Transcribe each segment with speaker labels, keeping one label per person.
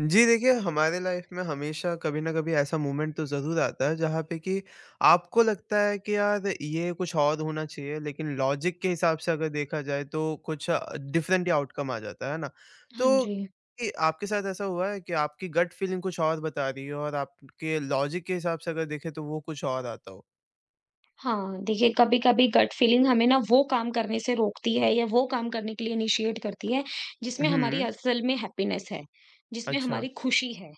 Speaker 1: जी देखिए, हमारे लाइफ में हमेशा कभी न कभी ऐसा मोमेंट तो ज़रूर आता है जहाँ पे कि आपको लगता है कि यार ये कुछ और होना चाहिए लेकिन लॉजिक के हिसाब से अगर देखा जाए तो कुछ डिफरेंट ही आउटकम आ जाता है ना?
Speaker 2: हाँ
Speaker 1: तो
Speaker 2: जी।
Speaker 1: कि आपके साथ ऐसा हुआ है कि आपकी गट फीलिंग कुछ और बता रही हो और आपके लॉजिक के हिसाब से अगर देखें तो वो कुछ और आता हो?
Speaker 2: हाँ, देखिए कभी-कभी गट फीलिंग हमें ना वो काम करने से रोकती है या वो काम करने के लिए इनिशिएट करती है, जिसमें हमारी
Speaker 1: हुँ।
Speaker 2: असल में हैप्पीनेस है, जिसमें
Speaker 1: अच्छा।
Speaker 2: हमारी खुशी है।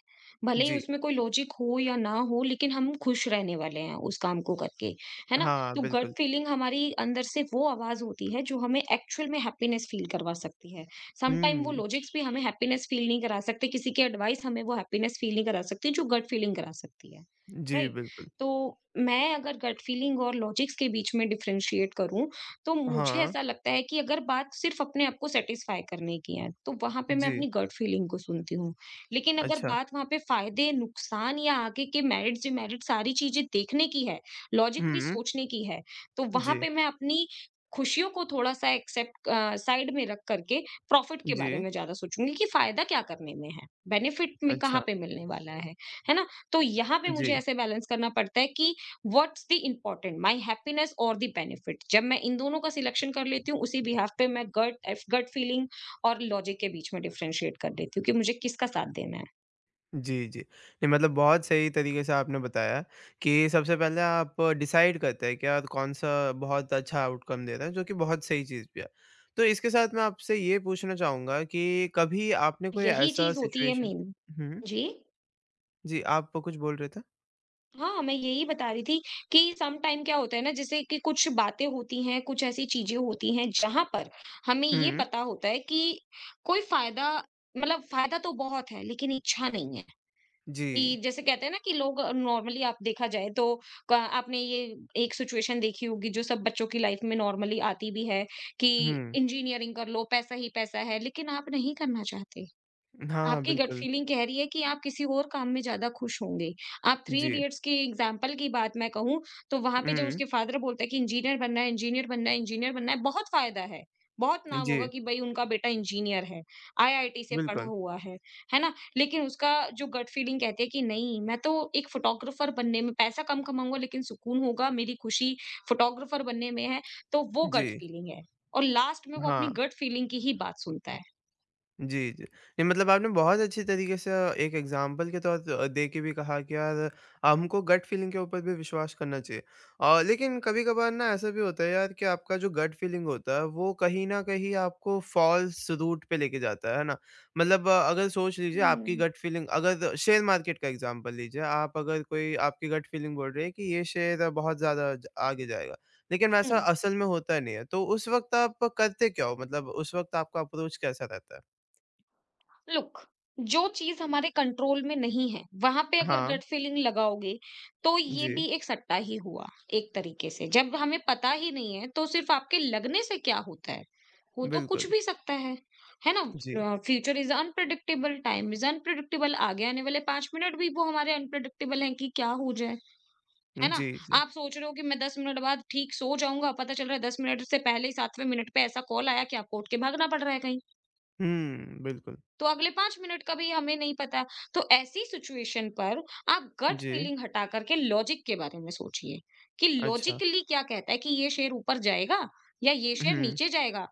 Speaker 2: भले ही
Speaker 1: जी।
Speaker 2: उसमें कोई लॉजिक हो या ना हो लेकिन हम खुश रहने वाले हैं उस काम को करके, है ना?
Speaker 1: हाँ,
Speaker 2: तो गट
Speaker 1: बिल्कुल।
Speaker 2: फीलिंग हमारी अंदर से वो आवाज़ होती है जो हमें एक्चुअल में हैप्पीनेस फील करवा सकती है। समटाइम वो
Speaker 1: हुँ।
Speaker 2: लॉजिक्स भी हमें हैप्पीनेस फील नहीं करा सकते, किसी की एडवाइस हमें वो हैप्पीनेस फील नहीं करा सकती जो गट फीलिंग करा सकती है,
Speaker 1: जी,
Speaker 2: राइट?
Speaker 1: बिल्कुल।
Speaker 2: तो मैं अगर गट फीलिंग और लॉजिक्स के बीच में डिफरेंशिएट करूँ, तो मुझे
Speaker 1: हाँ।
Speaker 2: ऐसा लगता है कि अगर बात सिर्फ़ अपने आप को सैटिस्फ़ाई करने की है, तो वहाँ पे मैं
Speaker 1: जी।
Speaker 2: अपनी गट फीलिंग को सुनती हूँ। लेकिन अगर
Speaker 1: अच्छा।
Speaker 2: बात वहाँ पे फ़ायदे, नुकसान या आगे के मेरिट्स, डिमेरिट्स सारी चीज़ें देखने की है, लॉजिकली
Speaker 1: हुँ।
Speaker 2: सोचने की है, तो वहाँ
Speaker 1: जी।
Speaker 2: पे मैं अपनी खुशियों को थोड़ा-सा एक्सेप्ट साइड में रख कर के प्रॉफ़िट के बारे
Speaker 1: जी।
Speaker 2: में ज़्यादा सोचूँगी कि फ़ायदा क्या करने में है? बेनिफ़िट में कहाँ
Speaker 1: अच्छा।
Speaker 2: पे मिलने वाला है? है ना? तो यहाँ पे मुझे
Speaker 1: जी,
Speaker 2: ऐसे बैलेंस करना पड़ता है कि what's the important my happiness और द बेनिफिट। जब मैं इन दोनों का सिलेक्शन कर लेती हूँ उसी बिहाफ पे मैं गट गट फीलिंग और लॉजिक के बीच में डिफरेंशिएट कर लेती हूँ कि मुझे किसका साथ देना है।
Speaker 1: जी, जी। नहीं मतलब बहुत सही तरीके से आपने बताया कि सबसे पहले आप डिसाइड करते हैं कि यार कौन-सा बहुत अच्छा आउटकम दे रहा है, जो कि बहुत सही चीज़ भी है। तो इसके साथ मैं आपसे ये पूछना चाहूँगा कि कभी आपने कोई
Speaker 2: यही
Speaker 1: ऐसा
Speaker 2: चीज होती है
Speaker 1: सिचुएशन।
Speaker 2: मेन।
Speaker 1: हुँ।
Speaker 2: जी।
Speaker 1: जी, आप कुछ बोल रहे थे?
Speaker 2: हाँ मैं यही बता रही थी कि सम टाइम क्या होता है ना जैसे कि कुछ बातें होती हैं कुछ ऐसी चीजें होती हैं जहां पर हमें ये
Speaker 1: हुँ।
Speaker 2: पता होता है कि कोई फायदा मतलब फायदा तो बहुत है लेकिन इच्छा नहीं है। कि
Speaker 1: जी।
Speaker 2: जैसे कहते हैं ना कि लोग नॉर्मली आप देखा जाए तो क- आपने ये एक सिचुएशन देखी होगी जो सब बच्चों की लाइफ में नॉर्मली आती भी है कि
Speaker 1: हुँ।
Speaker 2: इंजीनियरिंग कर लो पैसा ही पैसा है लेकिन आप नहीं करना चाहते।
Speaker 1: हाँ,
Speaker 2: आपकी गट
Speaker 1: बिल्कुल।
Speaker 2: फीलिंग कह रही है कि आप किसी और काम में ज़्यादा खुश होंगे। आप थ्री
Speaker 1: जी।
Speaker 2: इडियट्स की एग्ज़ाम्पल की बात मैं कहूँ, तो वहाँ पे जब
Speaker 1: हुँ।
Speaker 2: उसके फादर बोलता है कि इंजीनियर बनना है, इंजीनियर बनना है, इंजीनियर बनना है, बहुत फ़ायदा है। बहुत नाम होगा
Speaker 1: जी,
Speaker 2: कि भई उनका बेटा इंजीनियर है, आईआईटी से पढ़ा
Speaker 1: बिल्कुल।
Speaker 2: हुआ है ना? लेकिन उसका जो गट फीलिंग कहती है कि नहीं, मैं तो एक फ़ोटोग्राफ़र बनने में पैसा कम कमाऊँगा लेकिन सुकून होगा, मेरी खुशी फ़ोटोग्राफ़र बनने में है, तो वो गट
Speaker 1: जी।
Speaker 2: फीलिंग है। और लास्ट में वो अपनी
Speaker 1: हाँ।
Speaker 2: गट फीलिंग की ही बात सुनता है।
Speaker 1: जी, जी। नहीं मतलब आपने बहुत अच्छी तरीके से एक एग्ज़ाम्पल के तौर दे के भी कहा कि यार हमको गट फ़ीलिंग के ऊपर भी विश्वास करना चाहिए। लेकिन कभी-कभार ना ऐसा भी होता है यार कि आपका जो गट फ़ीलिंग होता है वो कहीं न कहीं आपको फ़ॉल्स रूट पे लेके जाता है ना? मतलब अगर सोच लीजिए आपकी
Speaker 2: हुँ।
Speaker 1: गट फ़ीलिंग अगर शेयर मार्केट का एग्ज़ाम्पल लीजिए, आप अगर कोई आपकी गट फ़ीलिंग बोल रही है कि ये शेयर बहुत ज़्यादा ज आगे जाएगा, लेकिन वैसा
Speaker 2: हुँ।
Speaker 1: असल में होता नहीं है। तो उस वक़्त आप करते क्या हो? मतलब उस वक़्त आपका अप्रोच कैसा रहता है?
Speaker 2: लुक, जो चीज हमारे कंट्रोल में नहीं है वहां पे अगर
Speaker 1: हाँ।
Speaker 2: गट फीलिंग लगाओगे तो ये
Speaker 1: जी,
Speaker 2: भी एक सट्टा ही हुआ एक तरीके से। जब हमें पता ही नहीं है तो सिर्फ आपके लगने से क्या होता है, हो तो कुछ
Speaker 1: बिल्कुल।
Speaker 2: भी सकता है ना?
Speaker 1: जी,
Speaker 2: future is unpredictable, time is unpredictable. आगे आने वाले पांच मिनट भी वो हमारे अनप्रडिक्टेबल हैं कि क्या हो जाए, है ना?
Speaker 1: जी, जी।
Speaker 2: आप सोच रहे हो कि मैं दस मिनट बाद ठीक सो जाऊंगा, पता चल रहा है दस मिनट से पहले ही सातवें मिनट पे ऐसा कॉल आया कि आपको उठ के भागना पड़ रहा है कहीं।
Speaker 1: हुँ, बिल्कुल।
Speaker 2: तो अगले 5 मिनट का भी हमें नहीं पता। तो ऐसी सिचुएशन पर आप गट
Speaker 1: जी।
Speaker 2: फीलिंग हटा कर के लॉजिक के बारे में सोचिए, कि
Speaker 1: अच्छा।
Speaker 2: लॉजिकली क्या कहता है कि ये शेयर ऊपर जाएगा या ये शेयर
Speaker 1: हुँ।
Speaker 2: नीचे जाएगा।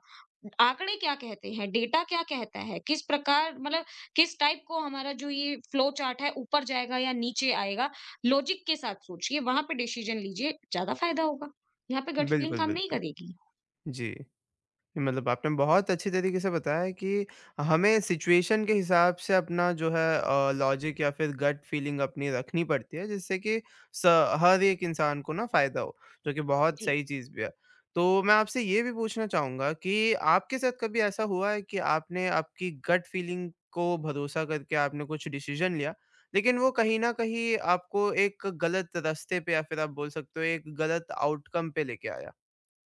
Speaker 2: आंकड़े क्या कहते हैं, डेटा क्या कहता है, किस प्रकार मतलब किस टाइप को हमारा जो ये फ्लो चार्ट है ऊपर जाएगा या नीचे आएगा, लॉजिक के साथ सोचिए, वहाँ पे डिसीजन लीजिए, ज़्यादा फायदा होगा। यहाँ पे गट फीलिंग
Speaker 1: बिल्कुल,
Speaker 2: काम नहीं
Speaker 1: बिल्कुल।
Speaker 2: करेगी।
Speaker 1: जी। मतलब आपने बहुत अच्छी तरीके से बताया कि हमें सिचुएशन के हिसाब से अपना जो है लॉजिक या फिर गट फीलिंग अपनी रखनी पड़ती है जिससे कि स- हर एक इंसान को ना फायदा हो, जो कि बहुत
Speaker 2: जी।
Speaker 1: सही चीज़ भी है। तो मैं आपसे ये भी पूछना चाहूंगा कि आपके साथ कभी ऐसा हुआ है कि आपने आपकी गट फीलिंग को भरोसा करके आपने कुछ डिसीजन लिया लेकिन वो कहीं ना कहीं आपको एक गलत रास्ते पे या फिर आप बोल सकते हो एक गलत आउटकम पे लेके आया।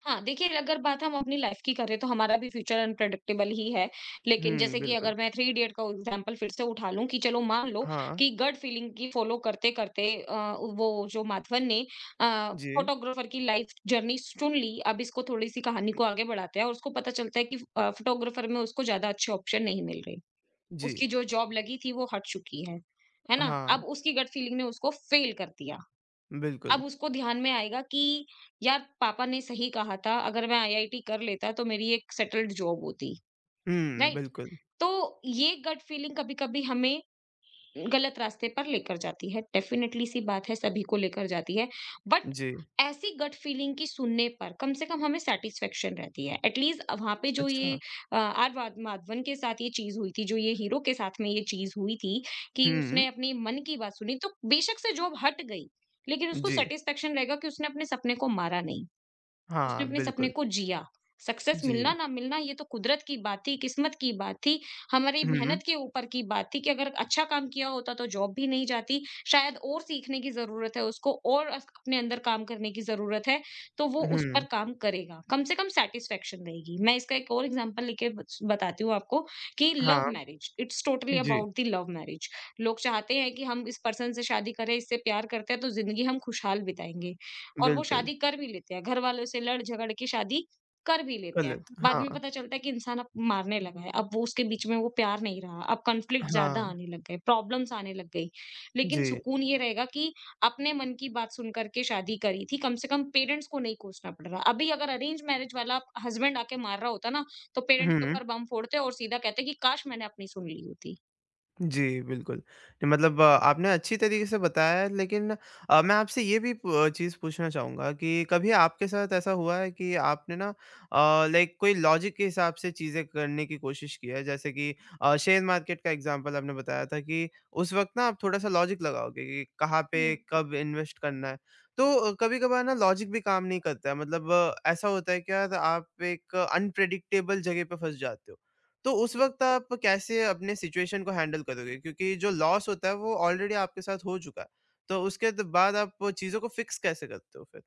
Speaker 2: हाँ, देखिए अगर बात हम अपनी लाइफ की करें तो हमारा भी फ्यूचर अनप्रेडिक्टेबल ही है। लेकिन
Speaker 1: हम्म,
Speaker 2: जैसे कि
Speaker 1: बिल्कुल।
Speaker 2: अगर मैं थ्री इडियट का एग्ज़ाम्पल फिर से उठा लूँ कि चलो मान लो
Speaker 1: हाँ।
Speaker 2: कि गट फीलिंग की फॉलो करते-करते वो जो माधवन ने
Speaker 1: जी।
Speaker 2: फोटोग्राफर की लाइफ जर्नी चुन ली। अब इसको थोड़ी-सी कहानी को आगे बढ़ाते हैं और उसको पता चलता है कि फोटोग्राफर में उसको ज़्यादा अच्छे ऑप्शन नहीं मिल रहे।
Speaker 1: जी,
Speaker 2: उसकी जो जॉब लगी थी वो हट चुकी है। है ना?
Speaker 1: हाँ,
Speaker 2: अब उसकी गट फीलिंग ने उसको फ़ेल कर दिया।
Speaker 1: बिल्कुल।
Speaker 2: अब उसको ध्यान में आएगा कि यार पापा ने सही कहा था, अगर मैं आईआईटी कर लेता तो मेरी एक सेटल्ड जॉब होती,
Speaker 1: हुँ,
Speaker 2: राइट?
Speaker 1: बिल्कुल।
Speaker 2: तो ये गट फीलिंग कभी-कभी हमें गलत रास्ते पर लेकर जाती है। डेफ़िनेटली सी बात है सभी को लेकर जाती है। बट
Speaker 1: जी।
Speaker 2: ऐसी गट फीलिंग की सुनने पर कम से कम हमें सैटिस्फैक्शन रहती है। एट लीस्ट वहाँ पे जो ये
Speaker 1: अच्छा।
Speaker 2: आर वाध माधवन के साथ ये चीज़ हुई थी, जो ये हीरो के साथ में ये चीज़ हुई थी कि
Speaker 1: हुँ।
Speaker 2: उसने अपनी मन की बात सुनी तो बेशक से जॉब हट गई, लेकिन उसको
Speaker 1: जी।
Speaker 2: सैटिस्फैक्शन रहेगा कि उसने अपने सपने को मारा नहीं। उसने
Speaker 1: हाँ,
Speaker 2: अपने सपने
Speaker 1: बिल्कुल।
Speaker 2: को जिया। सक्सेस मिलना
Speaker 1: जी।
Speaker 2: ना मिलना ये तो कुदरत की बात थी, किस्मत की बात थी, हमारी
Speaker 1: हुँ।
Speaker 2: मेहनत के ऊपर की बात थी कि अगर अच्छा काम किया होता तो जॉब भी नहीं जाती, शायद और सीखने की ज़रूरत है उसको और अस अपने अंदर काम करने की ज़रूरत है, तो वो उस पर
Speaker 1: हुँ।
Speaker 2: काम करेगा। कम से कम सैटिस्फैक्शन रहेगी। मैं इसका एक और एग्ज़ाम्पल लेके बस बताती हूँ आपको कि लव
Speaker 1: हाँ।
Speaker 2: मैरिज, इट्स टोटली
Speaker 1: जी,
Speaker 2: अबाउट द लव मैरिज। लोग चाहते हैं कि हम इस पर्सन से शादी करें, इससे प्यार करते हैं तो ज़िंदगी हम खुशहाल बिताएँगे। और वो
Speaker 1: बिल्कुल।
Speaker 2: शादी कर भी लेते हैं, घर वालों से लड़-झगड़ के शादी कर भी लेते हैं।
Speaker 1: गलत,
Speaker 2: बाद में
Speaker 1: हाँ।
Speaker 2: पता चलता है कि इंसान अब मारने लगा है, अब वो उसके बीच में वो प्यार नहीं रहा, अब कॉन्फ्लिक्ट ज़्यादा
Speaker 1: हाँ।
Speaker 2: आने लग गए, प्रॉब्लम्स आने लग गई। लेकिन
Speaker 1: जी।
Speaker 2: सुकून ये रहेगा कि अपने मन की बात सुन कर के शादी करी थी, कम से कम पेरेंट्स को नहीं कोसना पड़ रहा। अभी अगर अरेंज मैरिज वाला हस्बैंड आके मार रहा होता ना, तो पेरेंट्स के
Speaker 1: हुँ।
Speaker 2: ऊपर बम फोड़ते और सीधा कहते कि काश मैंने अपनी सुन ली होती।
Speaker 1: जी, बिल्कुल। नहीं, मतलब आपने अच्छी तरीके से बताया है लेकिन मैं आपसे ये भी प चीज़ पूछना चाहूँगा कि कभी आपके साथ ऐसा हुआ है कि आपने ना लाइक कोई लॉजिक के हिसाब से चीज़ें करने की कोशिश की है? जैसे कि शेयर मार्केट का एग्ज़ाम्पल आपने बताया था कि उस वक़्त ना आप थोड़ा-सा लॉजिक लगाओगे कि कहाँ पे
Speaker 2: हुँ।
Speaker 1: कब इन्वेस्ट करना है। तो कभी-कभार ना लॉजिक भी काम नहीं करता है, मतलब ऐसा होता है कि यार आप एक अनप्रेडिक्टेबल जगह पे फँस जाते हो। तो उस वक़्त आप कैसे अपने सिचुएशन को हैंडल करोगे? क्योंकि जो लॉस होता है वो ऑलरेडी आपके साथ हो चुका है। तो उसके त बाद आप चीज़ों को फ़िक्स कैसे करते हो फिर?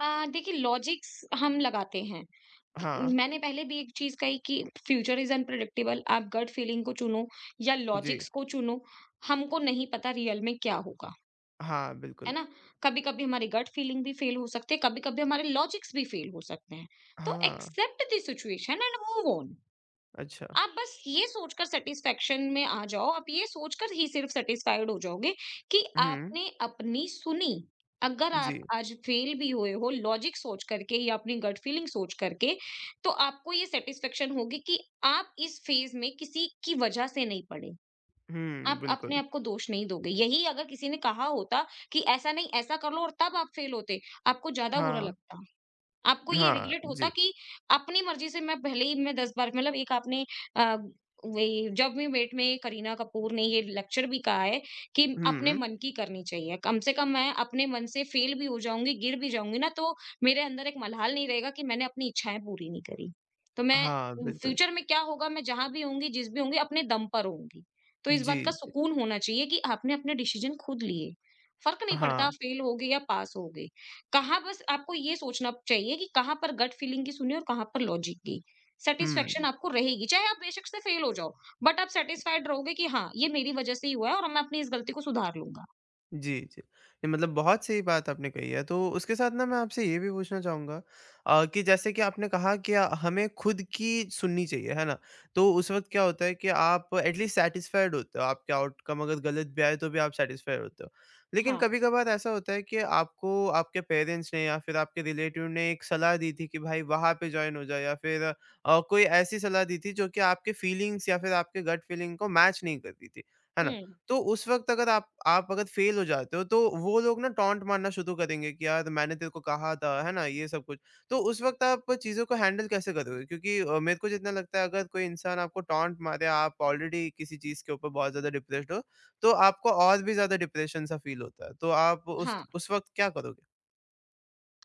Speaker 2: देखिए लॉजिक्स हम लगाते हैं। कि
Speaker 1: हाँ।
Speaker 2: मैंने पहले भी एक चीज़ कही कि फ्यूचर इज़ अनप्रेडिक्टेबल। आप गट फीलिंग को चुनो या
Speaker 1: जी।
Speaker 2: लॉजिक्स को चुनो, हमको नहीं पता रियल में क्या होगा,
Speaker 1: हाँ,
Speaker 2: है
Speaker 1: बिल्कुल।
Speaker 2: ना? कभी-कभी हमारी गट फीलिंग भी फेल हो सकती है, कभी-कभी हमारे लॉजिक्स भी फेल हो सकते हैं। तो
Speaker 1: हाँ।
Speaker 2: Accept the situation and move on.
Speaker 1: अच्छा।
Speaker 2: आप बस ये सोचकर सेटिस्फैक्शन में आ जाओ, आप ये सोचकर ही सिर्फ़ सैटिस्फाइड हो जाओगे कि
Speaker 1: हुँ।
Speaker 2: आपने अपनी सुनी। अगर आप
Speaker 1: जी।
Speaker 2: आज फ़ेल भी हुए हो लॉजिक सोच करके या अपनी गट फीलिंग सोच करके, तो आपको ये सैटिस्फैक्शन होगी कि आप इस फ़ेज़ में किसी की वजह से नहीं पड़े।
Speaker 1: हुँ,
Speaker 2: आप अपने
Speaker 1: बिल्कुल।
Speaker 2: आप को दोष नहीं दोगे। यही अगर किसी ने कहा होता कि ऐसा नहीं, ऐसा कर लो और तब आप फ़ेल होते, आपको ज़्यादा बुरा
Speaker 1: हाँ।
Speaker 2: लगता। आपको ये
Speaker 1: हाँ।
Speaker 2: रिग्रेट होता
Speaker 1: जी।
Speaker 2: कि अपनी मर्ज़ी से मैं भले ही मैं 10 बार मतलब एक आपने अ, वही जब वी मेट में करीना कपूर ने ये लेक्चर भी कहा है कि अपने
Speaker 1: हुँ।
Speaker 2: मन की करनी चाहिए। कम से कम मैं अपने मन से फ़ेल भी हो जाऊँगी, गिर भी जाऊँगी ना तो मेरे अंदर एक मलाल नहीं रहेगा कि मैंने अपनी इच्छाएँ पूरी नहीं करी। तो मैं
Speaker 1: हाँ, बिल्कुल।
Speaker 2: फ्यूचर में क्या होगा मैं जहाँ भी होंगी, जिस भी होंगी अपने दम पर होंगी। तो इस
Speaker 1: जी,
Speaker 2: बात का
Speaker 1: जी।
Speaker 2: सुकून होना चाहिए कि आपने अपने डिसीज़न खुद लिए। फ़र्क नहीं
Speaker 1: हाँ।
Speaker 2: पड़ता फ़ेल हो गए या पास हो गए। कहाँ बस आपको ये सोचना चाहिए कि कहाँ पर गट फीलिंग की सुनी और कहाँ पर लॉजिक की। सैटिस्फैक्शन
Speaker 1: हुँ।
Speaker 2: आपको रहेगी, चाहे आप बेशक से फेल हो जाओ, बट आप सैटिस्फाइड रहोगे कि हाँ, ये मेरी वजह से ही हुआ है और मैं अपनी इस गलती को सुधार लूँगा।
Speaker 1: जी, जी। नहीं मतलब बहुत सही बात आपने कही है, तो उसके साथ ना मैं आपसे ये भी पूछना चाहूँगा कि जैसे कि आपने कहा कि हमें खुद की सुननी चाहिए, है ना? तो उस वक़्त क्या होता है कि आप एटलीस्ट सैटिस्फाइड होते हो, आपके आउटकम अगर गलत भी आए तो भी आप सैटिस्फाइड होते हो। लेकिन
Speaker 2: हाँ।
Speaker 1: कभी-कभार ऐसा होता है कि आपको आपके पेरेंट्स ने या फिर आपके रिलेटिव ने एक सलाह दी थी कि भाई वहाँ पे जॉइन हो जाओ या फिर कोई ऐसी सलाह दी थी जो कि आपके फीलिंग्स या फिर आपके गट फीलिंग को मैच नहीं करती थी, है ना?
Speaker 2: हुँ।
Speaker 1: तो उस वक़्त अगर आप अगर फ़ेल हो जाते हो, तो वो लोग ना टॉन्ट मारना शुरू करेंगे कि यार मैंने तेरे को कहा था, है ना? ये सब कुछ। तो उस वक़्त आप चीज़ों को हैंडल कैसे करोगे? क्योंकि मेरे को जितना लगता है अगर कोई इंसान आपको टॉन्ट मारे, आप ऑलरेडी किसी चीज़ के ऊपर बहुत ज़्यादा डिप्रेस्ड हो, तो आपको और भी ज़्यादा डिप्रेशन सा फ़ील होता है। तो आप उस
Speaker 2: हाँ,
Speaker 1: उस वक़्त क्या करोगे?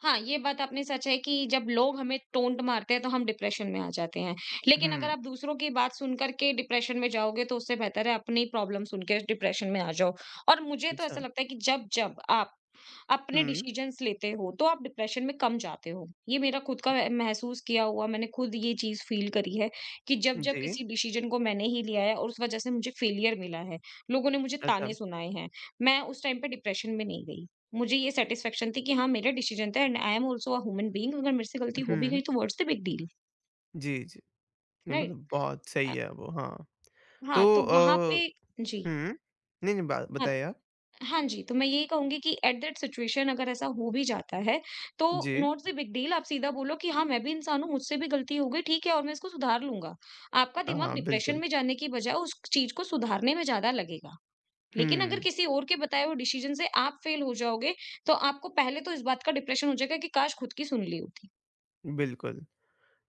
Speaker 2: हाँ, ये बात आपने सच है कि जब लोग हमें टोंट मारते हैं तो हम डिप्रेशन में आ जाते हैं। लेकिन अगर
Speaker 1: हुँ।
Speaker 2: आप दूसरों की बात सुनकर के डिप्रेशन में जाओगे तो उससे बेहतर है अपनी प्रॉब्लम सुन के डिप्रेशन में आ जाओ। और मुझे तो ऐसा
Speaker 1: अच्छा।
Speaker 2: लगता है कि जब-जब आप अपने
Speaker 1: हुँ।
Speaker 2: डिसीजंस लेते हो तो आप डिप्रेशन में कम जाते हो। ये मेरा खुद का महसूस किया हुआ मैंने खुद ये चीज़ फ़ील करी है कि जब-जब
Speaker 1: जी।
Speaker 2: किसी डिसीजन को मैंने ही लिया है और उस वज़ह से मुझे फेलियर मिला है, लोगों ने मुझे
Speaker 1: अच्छा।
Speaker 2: ताने सुनाए हैं, मैं उस टाइम पे डिप्रेशन में नहीं गई। मुझे ये सैटिस्फैक्शन थी कि हाँ, मेरा डिसीजन था and I am also a human being अगर मेरे से गलती हो भी
Speaker 1: हुँ।
Speaker 2: गई तो व्हाट्स द बिग डील,
Speaker 1: जी, जी। नहीं
Speaker 2: राइट?
Speaker 1: मतलब बहुत सही
Speaker 2: अ,
Speaker 1: है वो, हाँ।
Speaker 2: हाँ,
Speaker 1: तो
Speaker 2: तो वहाँ पे जी।
Speaker 1: हुँ। नहीं, नहीं बा
Speaker 2: हाँ,
Speaker 1: बताइए आप।
Speaker 2: हाँ जी, तो मैं यही कहूँगी कि एट दैट सिचुएशन अगर ऐसा हो भी जाता है, तो
Speaker 1: जी।
Speaker 2: नॉट द बिग डील आप सीधा बोलो कि हाँ, मैं भी इंसान हूँ, मुझसे भी गलती हो गई, ठीक है और मैं इसको सुधार लूँगा। आपका दिमाग
Speaker 1: हाँ,
Speaker 2: डिप्रेशन
Speaker 1: बिल्कुल।
Speaker 2: में जाने की बजाय उस चीज़ को सुधारने में ज़्यादा लगेगा। लेकिन अगर
Speaker 1: हुँ,
Speaker 2: किसी और के बताए हुए डिसीज़न से आप फेल हो जाओगे, तो आपको पहले तो इस बात का डिप्रेशन हो जाएगा कि काश खुद की सुन ली होती।
Speaker 1: बिल्कुल।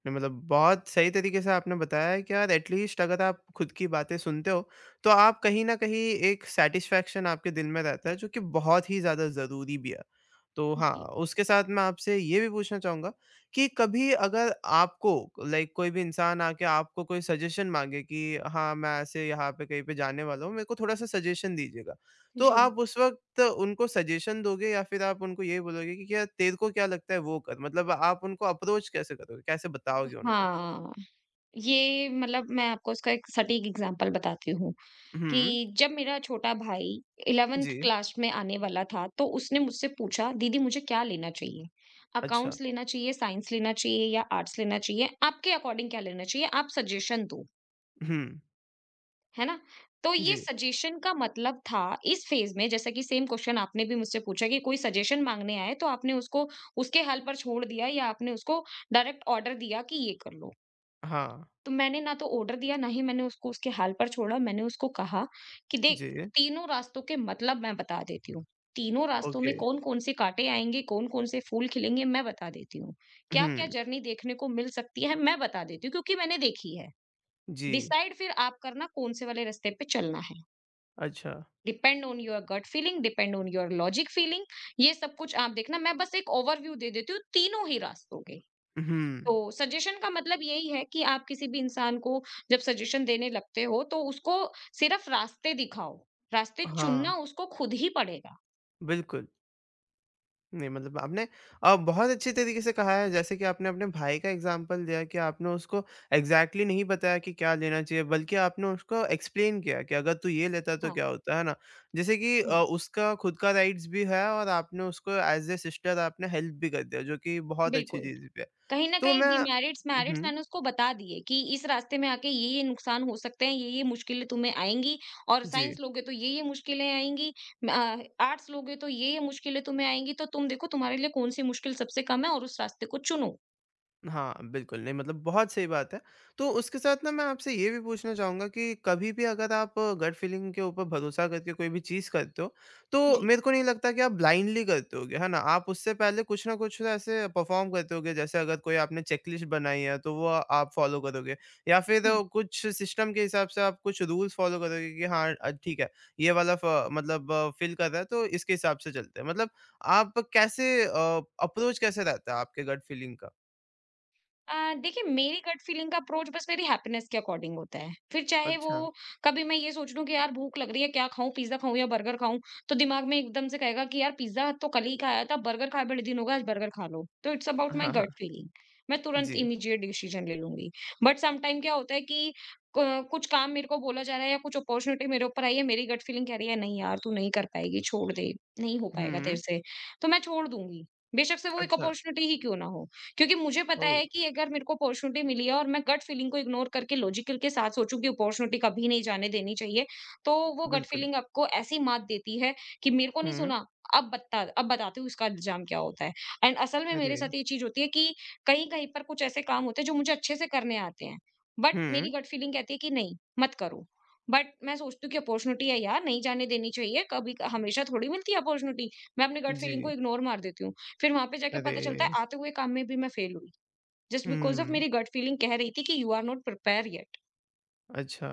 Speaker 1: नहीं मतलब बहुत सही तरीके से आपने बताया है कि यार एट लीस्ट अगर आप खुद की बातें सुनते हो, तो आप कहीं न कहीं एक सैटिस्फैक्शन आपके दिल में रहता है जो कि बहुत ही ज़्यादा ज़रूरी भी है। तो हाँ,
Speaker 2: जी।
Speaker 1: उसके साथ मैं आपसे ये भी पूछना चाहूँगा कि कभी अगर आपको लाइक कोई भी इंसान आके आपको कोई सजेशन माँगे कि हाँ, मैं ऐसे यहाँ पे कहीं पे जाने वाला हूँ, मेरे को थोड़ा-सा सजेशन दीजिएगा। तो
Speaker 2: जी।
Speaker 1: आप उस वक़्त उनको सजेशन दोगे या फिर आप उनको ये बोलोगे कि क्या तेरे को क्या लगता है वो कर? मतलब आप उनको अप्रोच कैसे करोगे? कैसे बताओगे उनको?
Speaker 2: हाँ, ये मतलब मैं आपको उसका एक सटीक एग्ज़ाम्पल बताती हूँ।
Speaker 1: हुँ।
Speaker 2: कि जब मेरा छोटा भाई 11th
Speaker 1: जी।
Speaker 2: क्लास में आने वाला था, तो उसने मुझसे पूछा, "दीदी मुझे क्या लेना चाहिए?
Speaker 1: अच्छा।
Speaker 2: अकाउंट्स लेना चाहिए, साइंस लेना चाहिए या आर्ट्स लेना चाहिए? आपके अकॉर्डिंग क्या लेना चाहिए? आप सजेशन दो।"
Speaker 1: हुँ।
Speaker 2: है ना? तो ये
Speaker 1: जी।
Speaker 2: सजेशन का मतलब था इस फेज़ में जैसा कि सेम क्वेश्चन आपने भी मुझसे पूछा कि कोई सजेशन माँगने आए, तो आपने उसको उसके हल पर छोड़ दिया या आपने उसको डायरेक्ट ऑर्डर दिया कि ये कर लो।
Speaker 1: हाँ।
Speaker 2: तो मैंने ना तो ऑर्डर दिया, ना ही मैंने उसको उसके हाल पर छोड़ा। मैंने उसको कहा कि देख
Speaker 1: जी।
Speaker 2: तीनों रास्तों के मतलब मैं बता देती हूँ। तीनों रास्तों में
Speaker 1: ओके।
Speaker 2: कौन-कौन से काँटे आएँगे, कौन-कौन से फूल खिलेंगे मैं बता देती हूँ। क्या-क्या
Speaker 1: हुँ।
Speaker 2: जर्नी देखने को मिल सकती है मैं बता देती हूँ क्योंकि मैंने देखी है।
Speaker 1: जी।
Speaker 2: डिसाइड फिर आप करना कौन से वाले रास्ते पे चलना है।
Speaker 1: अच्छा।
Speaker 2: Depend on your gut feeling, depend on your logic feeling ये सब कुछ आप देखना। मैं बस एक ओवरव्यू दे देती हूँ तीनों ही रास्तों के।
Speaker 1: हुँ।
Speaker 2: तो सजेशन का मतलब यही है कि आप किसी भी इंसान को जब सजेशन देने लगते हो तो उसको सिर्फ रास्ते दिखाओ, रास्ते
Speaker 1: हाँ,
Speaker 2: चुनना उसको खुद ही पड़ेगा।
Speaker 1: बिल्कुल। नहीं मतलब आपने बहुत अच्छे तरीके से कहा है जैसे कि आपने अपने भाई का एग्जांपल दिया कि आपने उसको एग्जैक्टली exactly नहीं बताया कि क्या लेना चाहिए बल्कि आपने उसको एक्सप्लेन किया कि अगर तू ये लेता तो
Speaker 2: हाँ,
Speaker 1: क्या होता है ना, जैसे कि
Speaker 2: हुँ,
Speaker 1: उसका खुद का राइट्स भी है और आपने उसको एज ए सिस्टर आपने हेल्प भी कर दिया, जो कि बहुत अच्छी
Speaker 2: बिल्कुल।
Speaker 1: चीज़ भी है।
Speaker 2: कहीं न
Speaker 1: तो
Speaker 2: कहीं
Speaker 1: मैं।
Speaker 2: Demerits merits
Speaker 1: hmm.
Speaker 2: मैंने उसको बता दिए कि इस रास्ते में आके ये-ये नुकसान हो सकते हैं, ये-ये मुश्किलें तुम्हें आएँगी और
Speaker 1: जी।
Speaker 2: साइंस लोगे तो ये-ये मुश्किलें आएँगी, म अ, आर्ट्स लोगे तो ये-ये मुश्किलें तुम्हें आएँगी, तो तुम देखो तुम्हारे लिए कौन-सी मुश्किल सबसे कम है और उस रास्ते को चुनो।
Speaker 1: हाँ, बिल्कुल, नहीं मतलब बहुत सही बात है। तो उसके साथ ना मैं आपसे ये भी पूछना चाहूँगा कि कभी भी अगर आप गट फीलिंग के ऊपर भरोसा करके कोई भी चीज़ करते हो, तो
Speaker 2: जी।
Speaker 1: मेरे को नहीं लगता कि आप ब्लाइंडली करते होगे, है ना? आप उससे पहले कुछ ना कुछ ऐसे परफ़ॉर्म करते होगे, जैसे अगर कोई आपने चेकलिस्ट बनाई है, तो वो आप फ़ॉलो करोगे या फिर
Speaker 2: हुँ।
Speaker 1: कुछ सिस्टम के हिसाब से आप कुछ रूल्स फ़ॉलो करोगे कि हाँ ठीक है, ये वाला फ मतलब फ़ील कर रहा है, तो इसके हिसाब से चलते हैं। मतलब आप कैसे अप्रोच कैसे रहता है आपके गट फीलिंग का?
Speaker 2: देखिए मेरी गट फीलिंग का अप्रोच बस मेरी हैप्पीनेस के अकॉर्डिंग होता है। फिर चाहे वो
Speaker 1: अच्छा।
Speaker 2: कभी मैं ये सोच लूँ कि यार भूख लग रही है क्या खाऊँ? पिज़्ज़ा खाऊँ या बर्गर खाऊँ? तो दिमाग में एकदम से कहेगा कि यार पिज़्ज़ा तो कल ही खाया था, बर्गर खाए बड़े दिन हो गए, आज बर्गर खा लो। तो इट्स अबाउट माय
Speaker 1: हाँ। हाँ।
Speaker 2: Gut feeling. मैं तुरंत
Speaker 1: जी।
Speaker 2: इमीडिएट डिसीजन ले लूँगी। बट समटाइम क्या होता है कि क कुछ काम मेरे को बोला जा रहा है या कुछ अपॉर्च्युनिटी मेरे ऊपर आई है, मेरी गट फीलिंग कह रही है नहीं यार तू नहीं कर पाएगी, छोड़ दे, नहीं हो पाएगा तेरे
Speaker 1: हुँ।
Speaker 2: से। तो मैं छोड़ दूँगी। बेशक से वो एक
Speaker 1: अच्छा।
Speaker 2: अपॉर्च्युनिटी ही क्यों ना हो। क्योंकि मुझे पता
Speaker 1: ओह!
Speaker 2: है कि अगर मेरे को अपॉर्चुनिटी मिली है और मैं गट फीलिंग को इग्नोर करके लॉजिकल के साथ सोचूं कि अपॉर्चुनिटी कभी नहीं जाने देनी चाहिए, तो वो गट
Speaker 1: बिल्कुल।
Speaker 2: फीलिंग आपको ऐसी मात देती है कि मेरे को नहीं
Speaker 1: हुँ।
Speaker 2: सुना, अब बताती हूँ इसका इल्ज़ाम क्या होता है। एंड असल में
Speaker 1: अरे!
Speaker 2: मेरे साथ ये चीज़ होती है कि कहीं-कहीं पर कुछ ऐसे काम होते हैं जो मुझे अच्छे से करने आते हैं, बट
Speaker 1: हुँ।
Speaker 2: मेरी गट फीलिंग कहती है कि नहीं, मत करो। बट मैं सोचती हूँ कि अपॉर्चुनिटी है यार, नहीं जाने देनी चाहिए, कभी हमेशा थोड़ी मिलती है अपॉर्चुनिटी। मैं अपनी गट फीलिंग को
Speaker 1: जी।
Speaker 2: इग्नोर मार देती हूँ। फिर वहाँ पे जाके पता चलता
Speaker 1: अरे!
Speaker 2: है आते हुए काम में भी मैं फेल हुई जस्ट बिकॉज ऑफ
Speaker 1: हुँ।
Speaker 2: मेरी गट फीलिंग कह रही थी कि you are not prepare yet.
Speaker 1: अच्छा।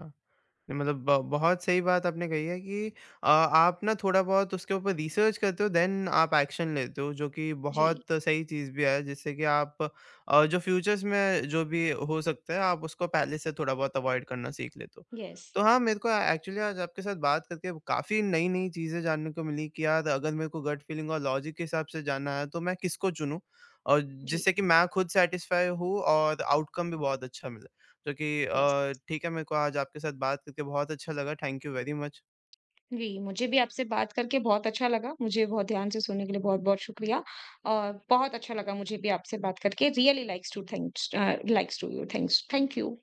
Speaker 1: नहीं, मतलब ब बहुत सही बात आपने कही है कि आप ना थोड़ा-बहुत उसके ऊपर रिसर्च करते हो देन आप एक्शन लेते हो, जो कि
Speaker 2: जी
Speaker 1: बहुत सही चीज़ भी है जिससे कि आप जो फ्यूचर्स में जो भी हो सकता है आप उसको पहले से थोड़ा-बहुत अवॉइड करना सीख लेते हो।
Speaker 2: यस
Speaker 1: तो हाँ, मेरे को एक्चुअली आज आपके साथ बात करके काफ़ी नई-नई चीज़ें जानने को मिली कि यार अगर मेरे को गट फीलिंग और लॉजिक के हिसाब से जाना है तो मैं किसको चुनूँ? और
Speaker 2: जी
Speaker 1: जिससे कि मैं खुद सैटिस्फाई हूँ और आउटकम भी बहुत अच्छा मिले। जो कि
Speaker 2: यस
Speaker 1: ठीक है, मेरे को आज आपके साथ बात करके बहुत अच्छा लगा। Thank you very much.
Speaker 2: जी, मुझे भी आपसे बात करके बहुत अच्छा लगा। मुझे बहुत ध्यान से सुनने के लिए बहुत बहुत शुक्रिया और बहुत अच्छा लगा मुझे भी आपसे बात करके। Really likes to thanks likes to you thanks thank you.